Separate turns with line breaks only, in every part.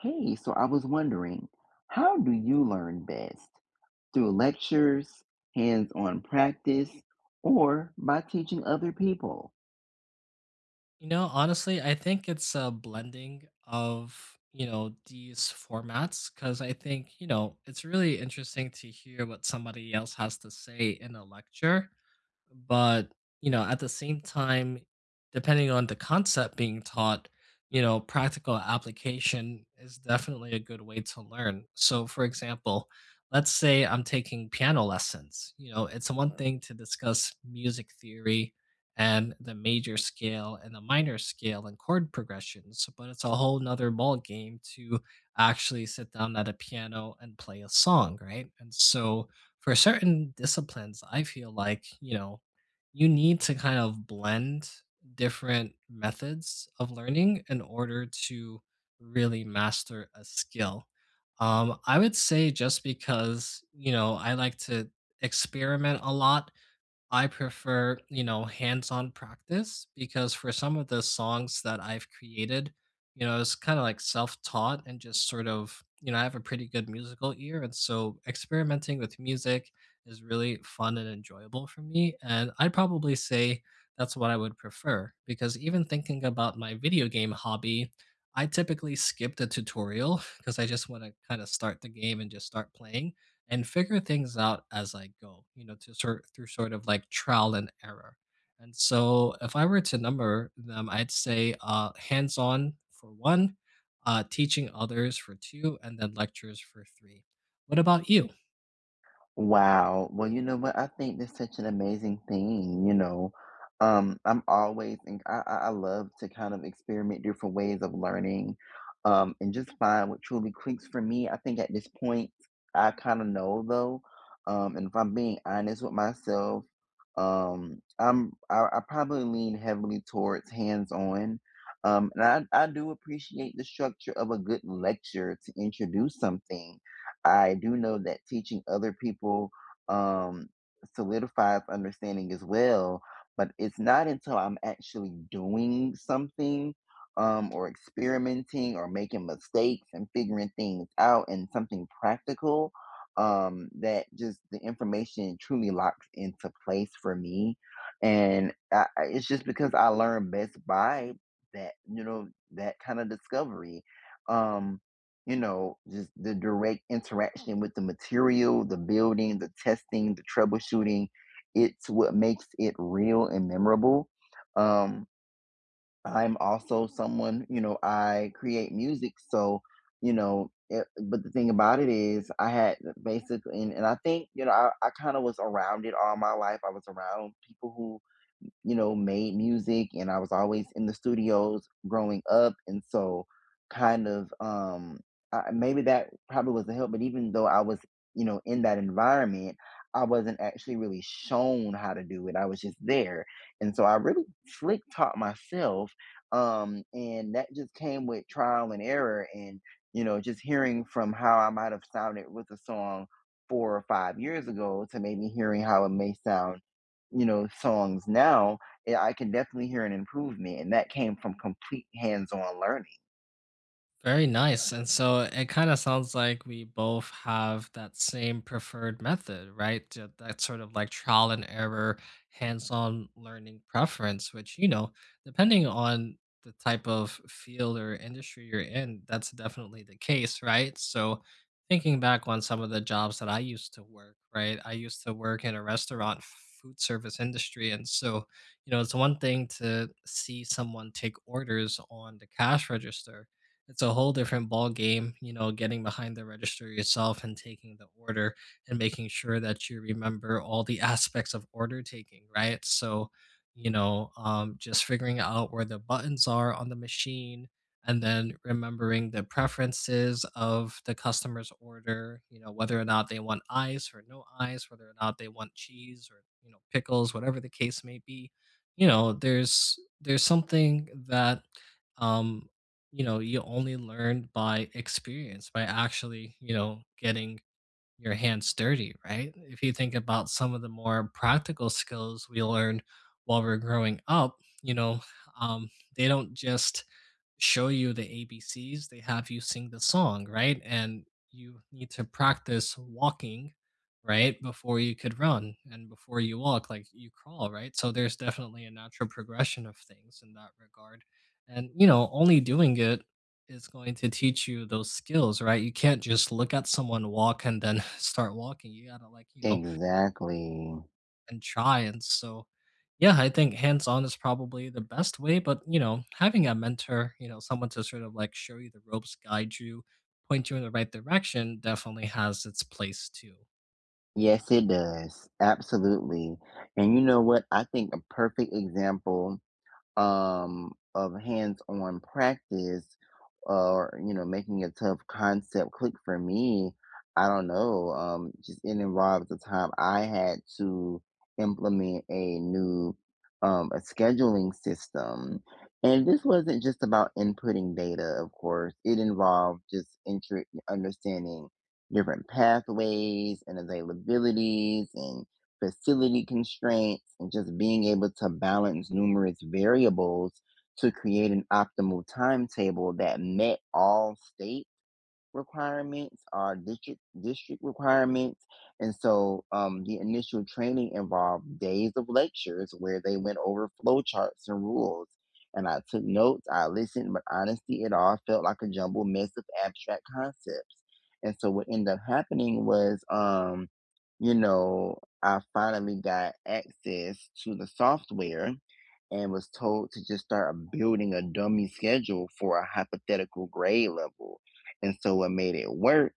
Hey, so I was wondering, how do you learn best? Through lectures, hands-on practice, or by teaching other people?
Honestly, I think it's a blending of, these formats, because I think, it's really interesting to hear what somebody else has to say in a lecture, but at the same time, depending on the concept being taught, practical application is definitely a good way to learn. So, for example, let's say I'm taking piano lessons. It's one thing to discuss music theory and the major scale and the minor scale and chord progressions, but it's a whole nother ball game to actually sit down at a piano and play a song, right? And so for certain disciplines, I feel like, you need to kind of blend different methods of learning in order to really master a skill. I would say, just because, I like to experiment a lot, I prefer, hands-on practice, because for some of the songs that I've created, it's kind of like self-taught, and just sort of, I have a pretty good musical ear, and so experimenting with music is really fun and enjoyable for me. And I'd probably say that's what I would prefer, because even thinking about my video game hobby, I typically skip the tutorial because I just want to kind of start the game and just start playing and figure things out as I go, to sort through sort of like trial and error. And so if I were to number them, I'd say hands on for one, teaching others for two, and then lectures for three. What about you?
Wow. Well, you know what? I think that's such an amazing thing, I'm always and I love to kind of experiment different ways of learning, and just find what truly clicks for me. I think at this point, I kind of know though. And if I'm being honest with myself, I probably lean heavily towards hands-on. Um, and I do appreciate the structure of a good lecture to introduce something. I do know that teaching other people um, solidifies understanding as well, but it's not until I'm actually doing something or experimenting or making mistakes and figuring things out and something practical that just the information truly locks into place for me. It's just because I learned best by that, you know, that kind of discovery. Um, you know, just the direct interaction with the material, the building, the testing, the troubleshooting. It's what makes it real and memorable. Um, I'm also someone, you know, I create music. So, you know, but the thing about it is, I had basically, and I think, you know, I kind of was around it all my life. I was around people who, you know, made music, and I was always in the studios growing up. And so kind of um maybe that probably was a help, but even though I was, you know, in that environment, I wasn't actually really shown how to do it. I was just there. And so I really slick taught myself. And that just came with trial and error and, you know, just hearing from how I might have sounded with a song 4 or 5 years ago to maybe hearing how it may sound, you know, songs now, yeah, I can definitely hear an improvement, and that came from complete hands-on learning.
Very nice. And so it kind of sounds like we both have that same preferred method, right? That sort of like trial and error, hands on learning preference, which, depending on the type of field or industry you're in, that's definitely the case, right? So thinking back on some of the jobs that I used to work, right? I used to work in a restaurant food service industry. And so, it's one thing to see someone take orders on the cash register. It's a whole different ball game, getting behind the register yourself and taking the order, and making sure that you remember all the aspects of order taking, right? So, just figuring out where the buttons are on the machine, and then remembering the preferences of the customer's order, whether or not they want ice or no ice, whether or not they want cheese or, pickles, whatever the case may be. There's something that um you only learn by experience, by actually, getting your hands dirty, right? If you think about some of the more practical skills we learn while we're growing up, you know, um, they don't just show you the ABCs, they have you sing the song, right? And you need to practice walking, right? Before you could run, and before you walk, like, you crawl, right? So there's definitely a natural progression of things in that regard. And, only doing it is going to teach you those skills, right? You can't just look at someone walk and then start walking. You got to, like,
Exactly.
and try. And so, yeah, I think hands on is probably the best way. But, having a mentor, someone to sort of like show you the ropes, guide you, point you in the right direction, definitely has its place too.
Yes, it does. Absolutely. And you know what? I think a perfect example of hands-on practice or, you know, making a tough concept click for me, I don't know, just it involves the time I had to implement a new a scheduling system. And this wasn't just about inputting data. Of course, it involved just understanding different pathways and availabilities and facility constraints, and just being able to balance numerous variables to create an optimal timetable that met all states requirements or district requirements. And so, the initial training involved days of lectures where they went over flow charts and rules, and I took notes, I listened, but honestly, it all felt like a jumbled mess of abstract concepts. And so what ended up happening was, you know, I finally got access to the software and was told to just start building a dummy schedule for a hypothetical grade level. And so what made it work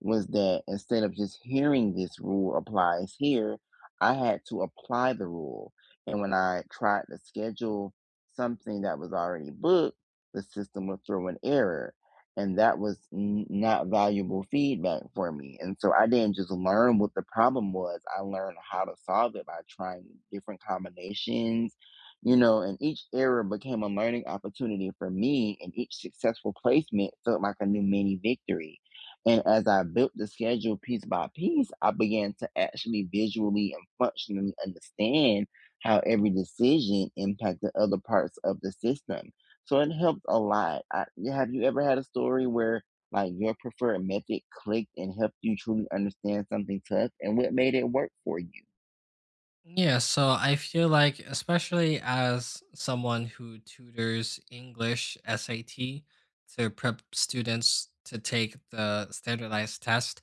was that instead of just hearing this rule applies here, I had to apply the rule. And when I tried to schedule something that was already booked, the system would throw an error. And that was not valuable feedback for me. And so I didn't just learn what the problem was. I learned how to solve it by trying different combinations, you know, and each era became a learning opportunity for me, and each successful placement felt like a new mini victory. And as I built the schedule piece by piece, I began to actually visually and functionally understand how every decision impacted other parts of the system. So it helped a lot. Have you ever had a story where like your preferred method clicked and helped you truly understand something tough and what made it work for you?
Yeah, so I feel like, especially as someone who tutors English SAT to prep students to take the standardized test,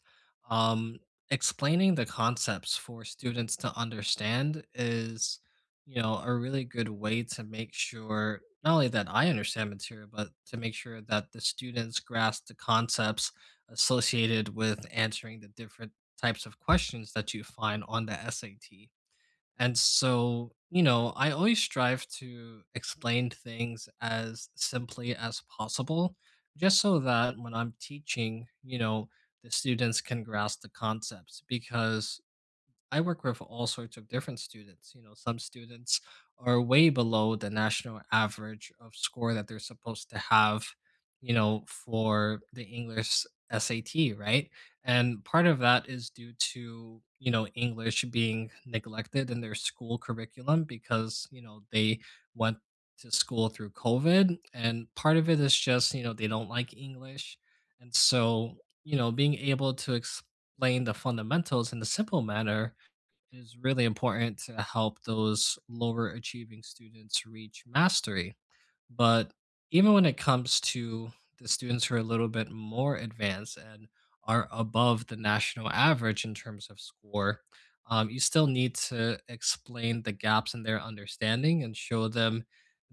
um, explaining the concepts for students to understand is, a really good way to make sure not only that I understand material, but to make sure that the students grasp the concepts associated with answering the different types of questions that you find on the SAT. And so, I always strive to explain things as simply as possible, just so that when I'm teaching, the students can grasp the concepts. Because I work with all sorts of different students. Some students are way below the national average of score that they're supposed to have, for the English SAT, right? And part of that is due to, English being neglected in their school curriculum, because, they went to school through COVID. And part of it is just, they don't like English. And so, being able to explain the fundamentals in a simple manner is really important to help those lower achieving students reach mastery. But even when it comes to the students who are a little bit more advanced and are above the national average in terms of score, you still need to explain the gaps in their understanding and show them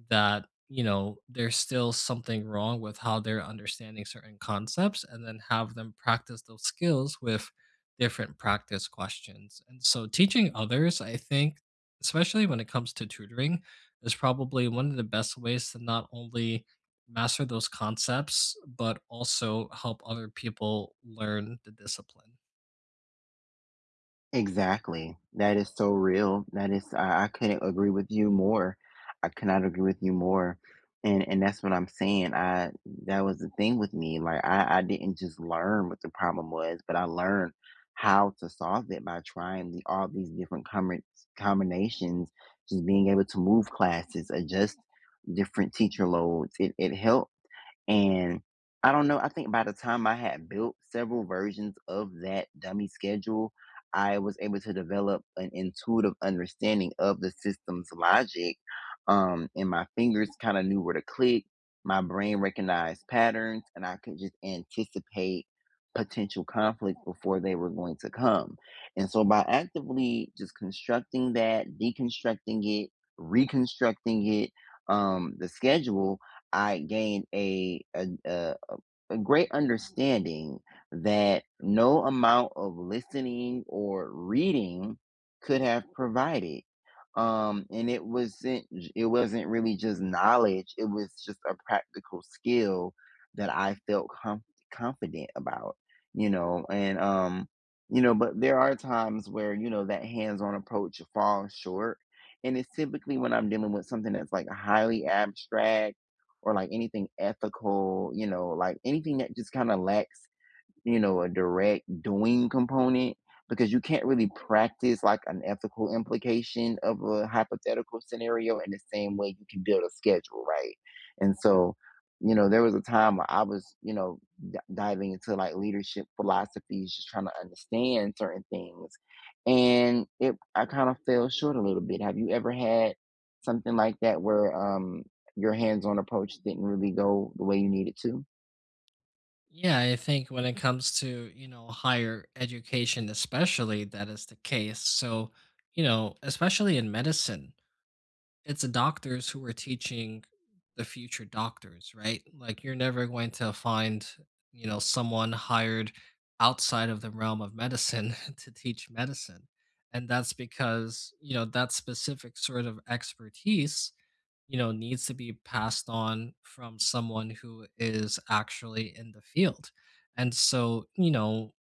that there's still something wrong with how they're understanding certain concepts, and then have them practice those skills with different practice questions. And so teaching others, I think, especially when it comes to tutoring, is probably one of the best ways to not only master those concepts, but also help other people learn the discipline.
Exactly. That is so real. I couldn't agree with you more. I cannot agree with you more. And that's what I'm saying. I That was the thing with me. Like, I didn't just learn what the problem was, but I learned how to solve it by trying all these different combinations, just being able to move classes, adjust different teacher loads. It helped. And I don't know, I think by the time I had built several versions of that dummy schedule, I was able to develop an intuitive understanding of the system's logic. And my fingers kind of knew where to click. My brain recognized patterns, and I could just anticipate potential conflicts before they were going to come. And so, by actively just constructing that, deconstructing it, reconstructing it, the schedule, I gained a great understanding that no amount of listening or reading could have provided. And it wasn't really just knowledge; it was just a practical skill that I felt confident about. You know, and you know, but there are times where, you know, that hands-on approach falls short, and it's typically when I'm dealing with something that's like highly abstract or like anything ethical, you know, like anything that just kind of lacks, you know, a direct doing component, because you can't really practice like an ethical implication of a hypothetical scenario in the same way you can build a schedule, right? And so, you know, there was a time where I was, you know, diving into like leadership philosophies, just trying to understand certain things. And I kind of fell short a little bit. Have you ever had something like that where your hands on approach didn't really go the way you needed to?
Yeah, I think when it comes to, higher education especially, that is the case. So, especially in medicine, it's the doctors who are teaching the future doctors, right? Like, you're never going to find, someone hired outside of the realm of medicine to teach medicine. And that's because, that specific sort of expertise, needs to be passed on from someone who is actually in the field. And so,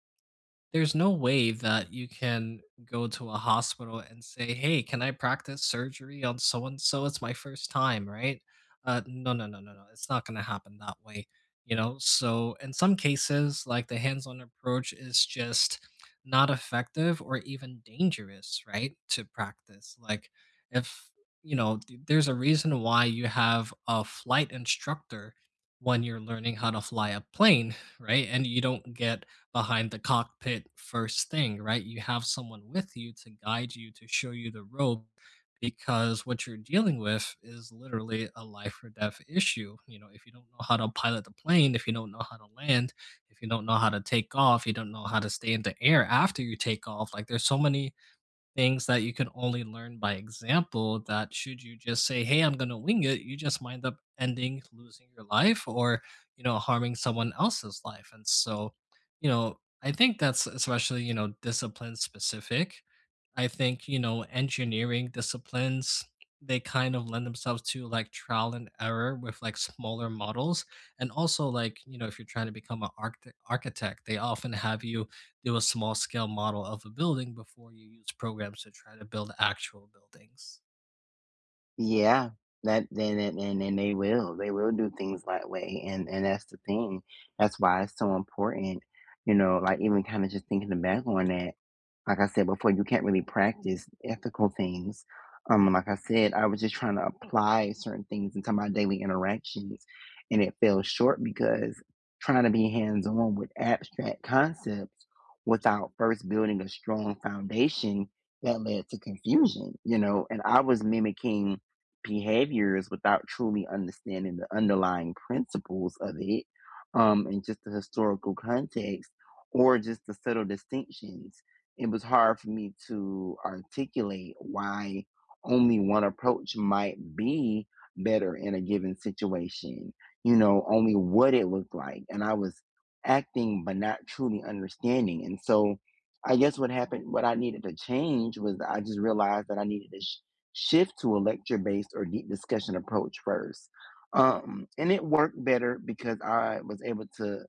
there's no way that you can go to a hospital and say, "Hey, can I practice surgery on so and so? It's my first time," right? No, no, no, no, no. It's not going to happen that way, you know? So, in some cases, like, the hands on approach is just not effective, or even dangerous, right? To practice. Like, if, there's a reason why you have a flight instructor when you're learning how to fly a plane, right? And you don't get behind the cockpit first thing, right? You have someone with you to guide you, to show you the rope, because what you're dealing with is literally a life or death issue. You know, if you don't know how to pilot the plane, if you don't know how to land, if you don't know how to take off, you don't know how to stay in the air after you take off, like, there's so many things that you can only learn by example, that should you just say, "Hey, I'm going to wing it," you just wind up ending losing your life, or, harming someone else's life. And so, I think that's especially, discipline specific. I think, engineering disciplines, they kind of lend themselves to like trial and error with like smaller models. And also, like, if you're trying to become an architect, they often have you do a small scale model of a building before you use programs to try to build actual buildings.
Yeah, that then and they will do things that way, and that's the thing. That's why it's so important, you know. Like even kind of just thinking back on that. Like I said before, you can't really practice ethical things. Like I said, I was just trying to apply certain things into my daily interactions, and it fell short because trying to be hands on with abstract concepts without first building a strong foundation, that led to confusion, you know. And I was mimicking behaviors without truly understanding the underlying principles of it, and just the historical context or just the subtle distinctions, it was hard for me to articulate why only one approach might be better in a given situation, you know, only what it looked like. And I was acting, but not truly understanding. And so I guess what happened, what I needed to change was I just realized that I needed to shift to a lecture based or deep discussion approach first. And it worked better because I was able to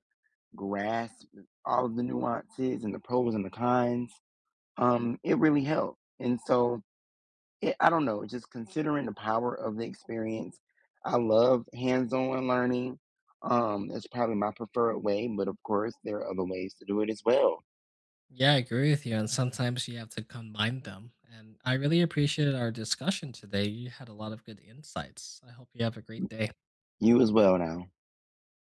grasp all of the nuances and the pros and the cons. It really helped. And so I don't know, just considering the power of the experience, I love hands-on learning. It's probably my preferred way, but of course there are other ways to do it as well.
Yeah, I agree with you. And sometimes you have to combine them. And I really appreciated our discussion today. You had a lot of good insights. I hope you have a great day.
You as well now.